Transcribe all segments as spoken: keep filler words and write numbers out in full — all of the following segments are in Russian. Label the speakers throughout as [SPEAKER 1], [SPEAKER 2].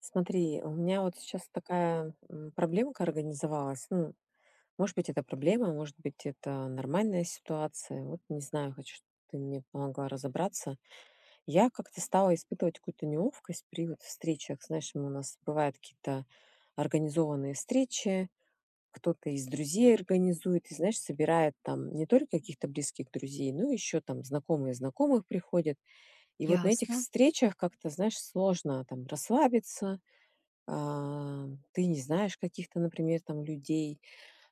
[SPEAKER 1] Смотри, у меня вот сейчас такая м, проблемка организовалась. Ну, может быть, это проблема, может быть, это нормальная ситуация. Вот не знаю, хочу, чтобы ты мне помогла разобраться. Я как-то стала испытывать какую-то неловкость при вот встречах. Знаешь, мы- у нас бывают какие-то организованные встречи, кто-то из друзей организует, и, знаешь, собирает там не только каких-то близких друзей, но еще там знакомые знакомых приходят. И вот на этих
[SPEAKER 2] Ясно,
[SPEAKER 1] встречах как-то, знаешь, сложно там расслабиться, а, ты не знаешь каких-то, например, там людей,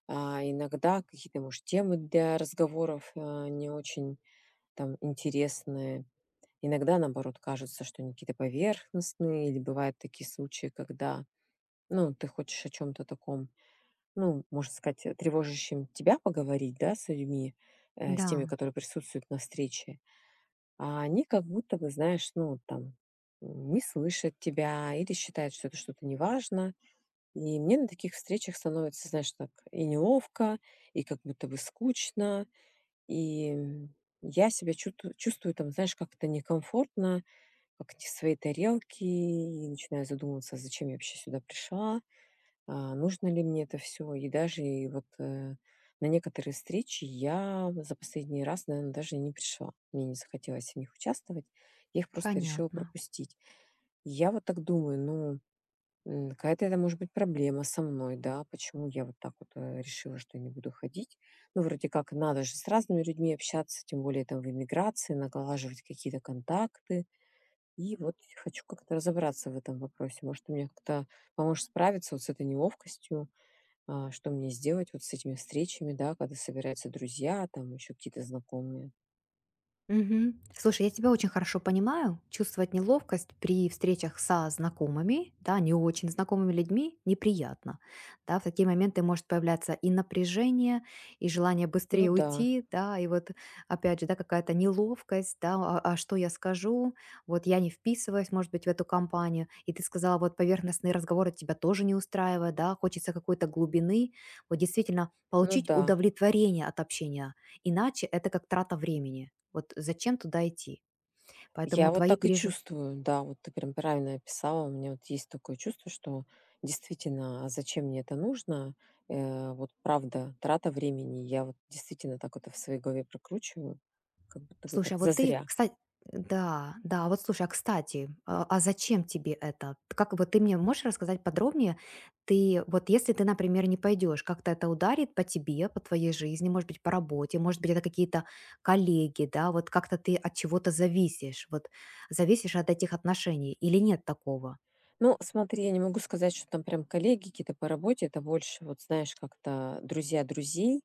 [SPEAKER 1] а, иногда какие-то, может, темы для разговоров а, не очень там интересные. Иногда, наоборот, кажется, что они какие-то поверхностные, или бывают такие случаи, когда, ну, ты хочешь о чем-то таком, ну, можно сказать, э, тревожащем тебя поговорить, да, с людьми, э, с теми,
[SPEAKER 2] да,
[SPEAKER 1] которые присутствуют на встрече, а они как будто бы, знаешь, ну, там, не слышат тебя или считают, что это что-то неважно, и мне на таких встречах становится, знаешь, так и неловко, и как будто бы скучно, и м, я себя чуту- чувствую там, знаешь, как-то некомфортно, как не в своей тарелке, и начинаю задумываться, зачем я вообще сюда пришла, а, нужно ли мне это все. И даже и вот э, на некоторые встречи я за последний раз, наверное, даже и не пришла. Мне не захотелось в них участвовать, я их просто решила
[SPEAKER 2] понятно.
[SPEAKER 1] пропустить. И я вот так думаю, ну, М, какая-то это может быть проблема со мной, да, почему я вот так вот э, решила, что я не буду ходить. Ну, вроде как, надо же с разными людьми общаться, тем более там в эмиграции, наглаживать какие-то контакты. И вот хочу как-то разобраться в этом вопросе. Может, ты мне как-то поможешь справиться вот с этой неловкостью, а, что мне сделать вот с этими встречами, да, когда собираются друзья, там еще какие-то знакомые.
[SPEAKER 2] Мгм. Слушай, я тебя очень хорошо понимаю. Чувствовать неловкость при встречах со знакомыми, да, не очень знакомыми людьми, неприятно. Да, в такие моменты может появляться и напряжение, и желание
[SPEAKER 1] Ну
[SPEAKER 2] быстрее
[SPEAKER 1] да,
[SPEAKER 2] уйти, да, и вот опять же, да, какая-то неловкость, да, а, а что я скажу, вот я не вписываюсь, может быть, в эту компанию, и ты сказала, вот поверхностные разговоры тебя тоже не устраивают, да, хочется какой-то глубины, вот действительно
[SPEAKER 1] ну
[SPEAKER 2] получить
[SPEAKER 1] да.
[SPEAKER 2] удовлетворение от общения, иначе это как трата времени. Вот зачем туда идти? Поэтому
[SPEAKER 1] Я вот
[SPEAKER 2] твои
[SPEAKER 1] так и
[SPEAKER 2] переживания...
[SPEAKER 1] чувствую, да, вот ты прям правильно описала. У меня вот есть такое чувство, что действительно, а зачем мне это нужно? Э, вот правда, трата времени. Я вот действительно так вот в своей голове прокручиваю, как будто бы
[SPEAKER 2] Слушай,
[SPEAKER 1] так
[SPEAKER 2] а вот ты,
[SPEAKER 1] зазря.
[SPEAKER 2] кстати... Да, да, вот слушай, а кстати, а, а зачем тебе это? Как вот ты мне можешь рассказать подробнее? Ты вот если ты, например, не пойдешь, как-то это ударит по тебе, по твоей жизни, может быть, по работе, может быть, это какие-то коллеги, да, вот как-то ты от чего-то зависишь, вот зависишь от этих отношений или нет такого?
[SPEAKER 1] Ну, смотри, я не могу сказать, что там прям коллеги какие-то по работе, это больше, вот знаешь, как-то друзья друзей.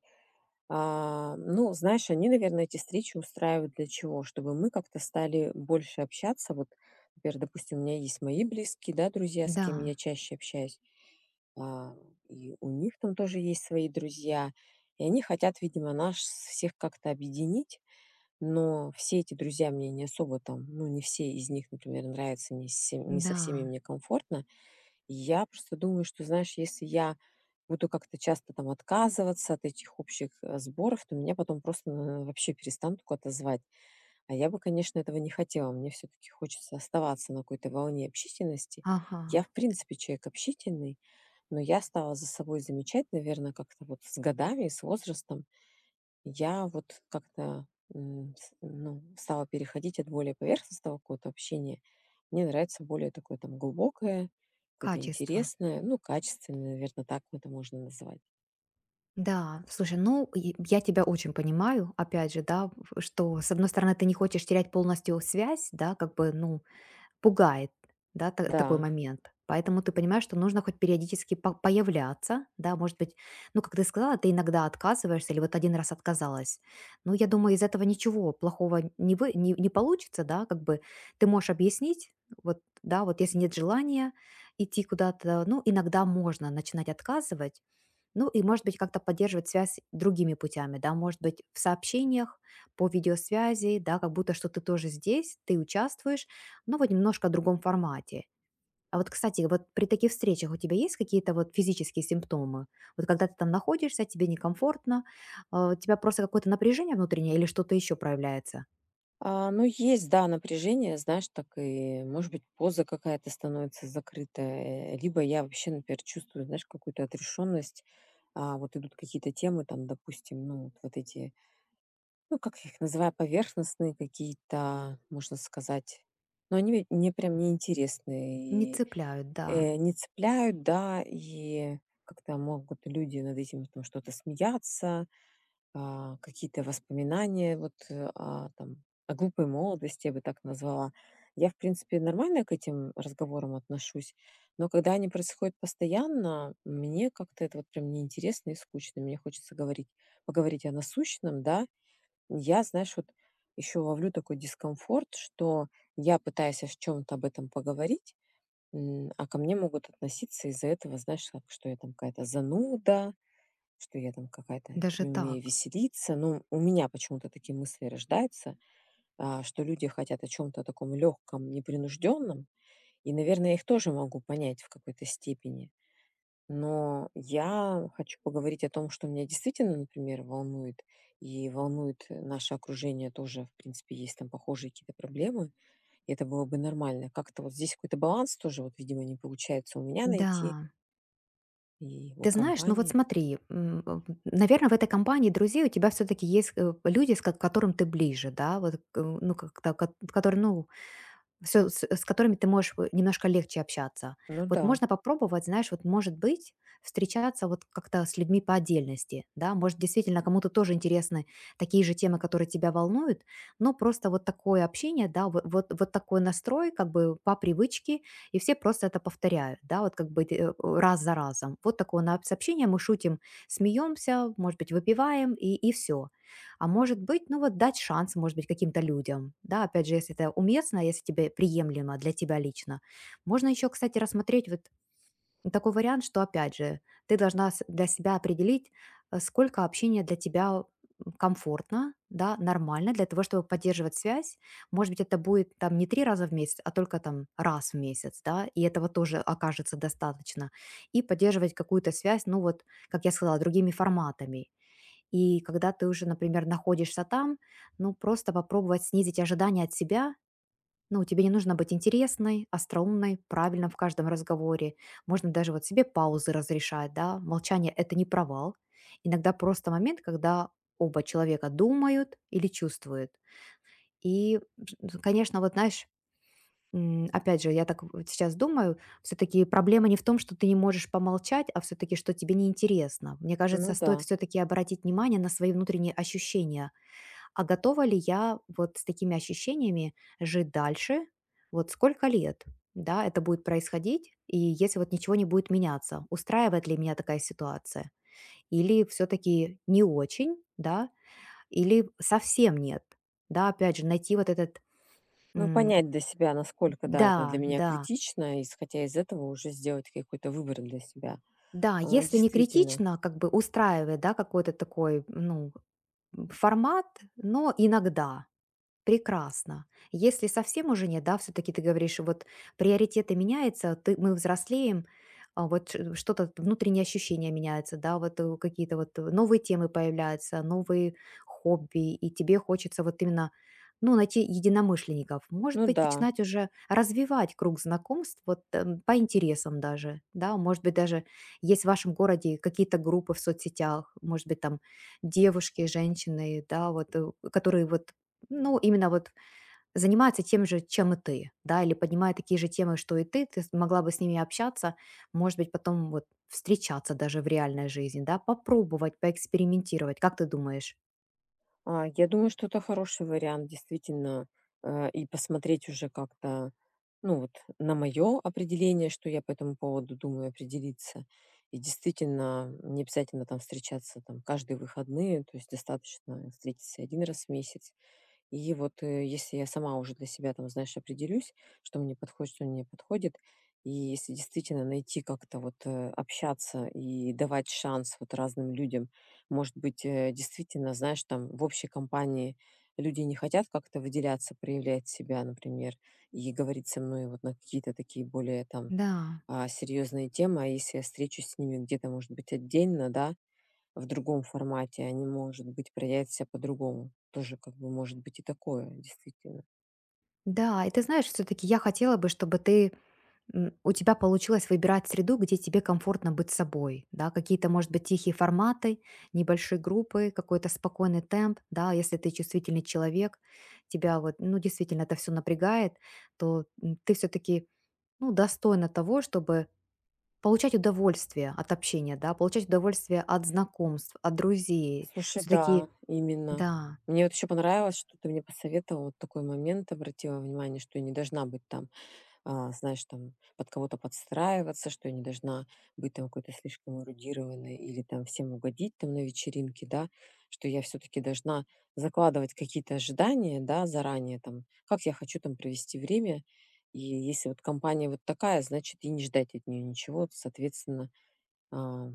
[SPEAKER 1] А, ну, знаешь, они, наверное, эти встречи устраивают для чего? Чтобы мы как-то стали больше общаться. Вот, например, допустим, у меня есть мои близкие, да, друзья, с кем я
[SPEAKER 2] Да,
[SPEAKER 1] чаще общаюсь, а, и у них там тоже есть свои друзья, и они хотят, видимо, нас всех как-то объединить, но все эти друзья мне не особо там, ну, не все из них, например, нравятся, не, все- не со всеми
[SPEAKER 2] да,
[SPEAKER 1] мне комфортно, я просто думаю, что, знаешь, если я буду как-то часто там отказываться от этих общих э, сборов, то меня потом просто э, вообще перестанут куда-то звать. А я бы, конечно, этого не хотела. Мне все-таки хочется оставаться на какой-то волне общительности.
[SPEAKER 2] ага,
[SPEAKER 1] Я, в принципе, человек общительный, но я стала за собой замечать, наверное, как-то вот с годами и с возрастом, я вот как-то, м, с ну, стала переходить от более поверхностного какого-то общения. Мне нравится более такое там глубокое, какое-то
[SPEAKER 2] качество.
[SPEAKER 1] интересное, ну, качественное, наверное, так это можно назвать.
[SPEAKER 2] Да, слушай, ну, и я тебя очень понимаю, опять же, да, в- что, с одной стороны, ты не хочешь терять полностью связь, да, как бы, ну, пугает, да, та такой
[SPEAKER 1] Да.
[SPEAKER 2] момент. Поэтому ты понимаешь, что нужно хоть периодически по появляться, да, может быть, ну, как ты сказала, ты иногда отказываешься или вот один раз отказалась. Ну, я думаю, из этого ничего плохого не вы не не получится, да, как бы ты можешь объяснить, вот, да, вот если нет желания идти куда-то, ну, иногда можно начинать отказывать. Ну, и, может быть, как-то поддерживать связь другими путями, да, может быть, в сообщениях, по видеосвязи, да, как будто что ты тоже здесь, ты участвуешь, но вот немножко в другом формате. А вот, кстати, вот при таких встречах у тебя есть какие-то вот физические симптомы? Вот когда ты там находишься, тебе некомфортно, а, у тебя просто какое-то напряжение внутреннее или что-то еще проявляется?
[SPEAKER 1] А, ну, есть, да, напряжение, знаешь, так и, может быть, поза какая-то становится закрытая, либо я вообще, например, чувствую, знаешь, какую-то отрешенность. А, вот идут какие-то темы, там, допустим, ну, вот вот эти. Ну, как я их называю, поверхностные какие-то, можно сказать. Но они ведь мне прям
[SPEAKER 2] Не
[SPEAKER 1] неинтересны и,
[SPEAKER 2] цепляют, да.
[SPEAKER 1] э, не цепляют, да, и как-то могут люди над этим там что-то смеяться, а, какие-то воспоминания вот, э, а, там о глупой молодости, я бы так назвала. Я, в принципе, нормально к этим разговорам отношусь, но когда они происходят постоянно, мне как-то это вот прям неинтересно и скучно. Мне хочется говорить, поговорить о насущном, да, я, знаешь, вот еще ловлю такой дискомфорт, что я пытаюсь о чем-то об этом поговорить, м, а ко мне могут относиться из-за этого, знаешь, как, что я там какая-то зануда, что я там какая-то
[SPEAKER 2] Даже
[SPEAKER 1] не умею
[SPEAKER 2] так.
[SPEAKER 1] веселиться. Ну, у меня почему-то такие мысли рождаются, а, что люди хотят о чем-то таком легком, непринужденном. И, наверное, я их тоже могу понять в какой-то степени. Но я хочу поговорить о том, что меня действительно, например, волнует, и волнует э, наше окружение тоже, в принципе, есть там похожие какие-то проблемы, и это было бы нормально. Как-то вот здесь какой-то баланс тоже, вот, видимо, не получается у меня найти
[SPEAKER 2] Да.
[SPEAKER 1] и у
[SPEAKER 2] Ты знаешь, ну вот
[SPEAKER 1] компании.
[SPEAKER 2] смотри, наверное, в этой компании друзей у тебя все-таки есть э, люди, с ко- к которым ты ближе, да, вот, э, ну, как-то, ко- которые, ну, всё, с с которыми ты можешь в немножко легче общаться.
[SPEAKER 1] Ну
[SPEAKER 2] Вот
[SPEAKER 1] да,
[SPEAKER 2] можно попробовать, знаешь, вот, может быть, встречаться вот как-то с людьми по отдельности, да. Может, действительно, кому-то тоже интересны такие же темы, которые тебя волнуют, но просто вот такое общение, да, вот вот вот такой настрой как бы по привычке, и все просто это повторяют, да, вот как бы, э, раз за разом. Вот такое на нас общение, мы шутим, смеемся, может быть, выпиваем, и и все, а может быть, ну вот дать шанс, может быть, каким-то людям. Да, опять же, если это уместно, если тебе приемлемо для тебя лично. Можно еще, кстати, рассмотреть вот такой вариант, что, опять же, ты должна с- для себя определить, э, сколько общения для тебя комфортно, да, нормально для того, чтобы поддерживать связь. Может быть, это будет там не три раза в месяц, а только там раз в месяц, да, и этого тоже окажется достаточно. И поддерживать какую-то связь, ну вот, как я сказала, другими форматами. И когда ты уже, например, находишься там, ну, просто попробовать снизить ожидания от себя. Ну, тебе не нужно быть интересной, остроумной, правильно в каждом разговоре. Можно даже вот себе паузы разрешать, да. Молчание– это не провал. Иногда просто момент, когда оба человека думают или чувствуют. И, ж- конечно, вот знаешь, М, опять же, я так вот сейчас думаю, все таки проблема не в том, что ты не можешь помолчать, а все таки что тебе неинтересно. Мне
[SPEAKER 1] ну
[SPEAKER 2] кажется,
[SPEAKER 1] да.
[SPEAKER 2] стоит все таки обратить внимание на свои внутренние ощущения. А готова ли я вот с такими ощущениями жить дальше? Вот сколько лет, да, это будет происходить? И если вот ничего не будет меняться, устраивает ли меня такая ситуация? Или все таки не очень, да? Или совсем нет? Да, опять же, найти вот этот
[SPEAKER 1] Ну,
[SPEAKER 2] м,
[SPEAKER 1] понять для себя, насколько, да, это для
[SPEAKER 2] да,
[SPEAKER 1] меня
[SPEAKER 2] да.
[SPEAKER 1] критично, и исходя из этого уже сделать какой-то выбор для себя.
[SPEAKER 2] Да,
[SPEAKER 1] А,
[SPEAKER 2] если не
[SPEAKER 1] действительно.
[SPEAKER 2] критично, как бы устраивает, да, какой-то такой, ну, формат, но иногда. Прекрасно. Если совсем уже нет, да, все-таки ты говоришь, вот приоритеты меняются, ты, мы взрослеем, а вот ш- что-то, внутренние ощущения меняются, да, вот э, какие-то вот э, новые темы появляются, новые хобби, и тебе хочется вот именно, ну, найти единомышленников. Может
[SPEAKER 1] Ну
[SPEAKER 2] быть,
[SPEAKER 1] да.
[SPEAKER 2] начинать уже развивать круг знакомств вот эм, по интересам даже, да, может быть, даже есть в вашем городе какие-то группы в соцсетях, может быть, там девушки, женщины, да, вот, э, которые вот, ну, именно вот занимается тем же, чем и ты, да, или поднимает такие же темы, что и ты, ты могла бы с ними общаться, может быть, потом вот встречаться даже в реальной жизни, да, попробовать, поэкспериментировать, как ты думаешь?
[SPEAKER 1] А, я думаю, что это хороший вариант, действительно, э, и посмотреть уже как-то, ну вот, на мое определение, что я по этому поводу думаю, определиться. И действительно, не обязательно там встречаться там каждые выходные, то есть достаточно встретиться один раз в месяц. И вот, э, если я сама уже для себя там, знаешь, определюсь, что мне подходит, что мне не подходит, и если действительно найти как-то вот э, общаться и давать шанс вот разным людям, может быть, э, действительно, знаешь, там в общей компании люди не хотят как-то выделяться, проявлять себя, например, и говорить со мной вот на какие-то такие более там
[SPEAKER 2] Да,
[SPEAKER 1] а, серьезные темы, а если я встречусь с ними где-то, может быть, отдельно, да, в другом формате, они, может быть, проявят себя по-другому. Тоже как бы может быть и такое, действительно.
[SPEAKER 2] да, и ты знаешь, все-таки я хотела бы, чтобы ты, М, у тебя получилось выбирать среду, где тебе комфортно быть собой, да, какие-то, может быть, тихие форматы, небольшие группы, какой-то спокойный темп, да, если ты чувствительный человек, тебя вот, ну, действительно это все напрягает, то м, ты все-таки, ну, достойна того, чтобы получать удовольствие от общения, да, получать удовольствие от знакомств, от друзей,
[SPEAKER 1] Слушай, да,
[SPEAKER 2] все-таки,
[SPEAKER 1] именно.
[SPEAKER 2] да.
[SPEAKER 1] Мне вот еще понравилось, что ты мне посоветовал вот такой момент, обратила внимание, что я не должна быть там а, знаешь, там под кого-то подстраиваться, что я не должна быть там какой-то слишком эрудированной или там всем угодить там на вечеринке, да, что я все-таки должна закладывать какие-то ожидания, да, заранее там, как я хочу там провести время, и если вот компания вот такая, значит, и не ждать от нее ничего, соответственно, а,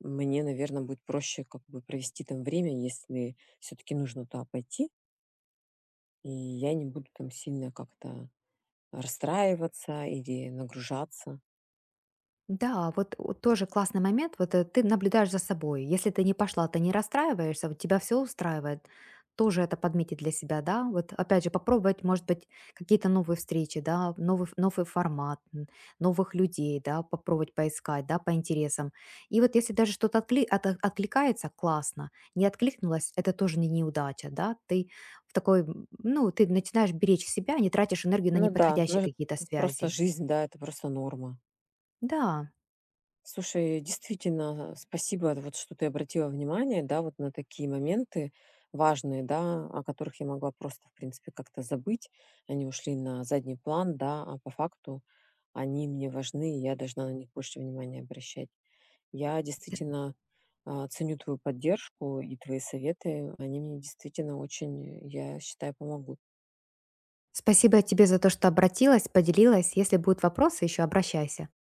[SPEAKER 1] мне, наверное, будет проще как бы провести там время, если все-таки нужно туда пойти, и я не буду там сильно как-то расстраиваться или нагружаться.
[SPEAKER 2] Да, вот о тоже классный момент. Вот, э, ты наблюдаешь за собой. Если ты не пошла, ты не расстраиваешься, вот тебя все устраивает. Тоже это подметить для себя, да. Вот опять же попробовать, может быть, какие-то новые встречи, да, новый ф новый формат, м, новых людей, да, попробовать поискать, да, по интересам. И вот если даже что-то отли ото откликается- классно, не откликнулось- это тоже не неудача, да. Ты в такой, м, ну, ты начинаешь беречь себя, не тратишь энергию на
[SPEAKER 1] Ну да, ну
[SPEAKER 2] неподходящие
[SPEAKER 1] это
[SPEAKER 2] какие-то
[SPEAKER 1] просто
[SPEAKER 2] связи.
[SPEAKER 1] жизнь, да, это просто норма.
[SPEAKER 2] Да.
[SPEAKER 1] Слушай, действительно, спасибо, вот что ты обратила внимание, да, вот на такие моменты важные, да, о которых я могла просто, в принципе, как-то забыть. Они ушли на задний план, да, а по факту они мне важны, и я должна на них больше внимания обращать. Я действительно а, ценю твою поддержку и твои советы. Они мне действительно очень, я считаю, помогут.
[SPEAKER 2] Спасибо тебе за то, что обратилась, поделилась. Если будут вопросы, еще обращайся.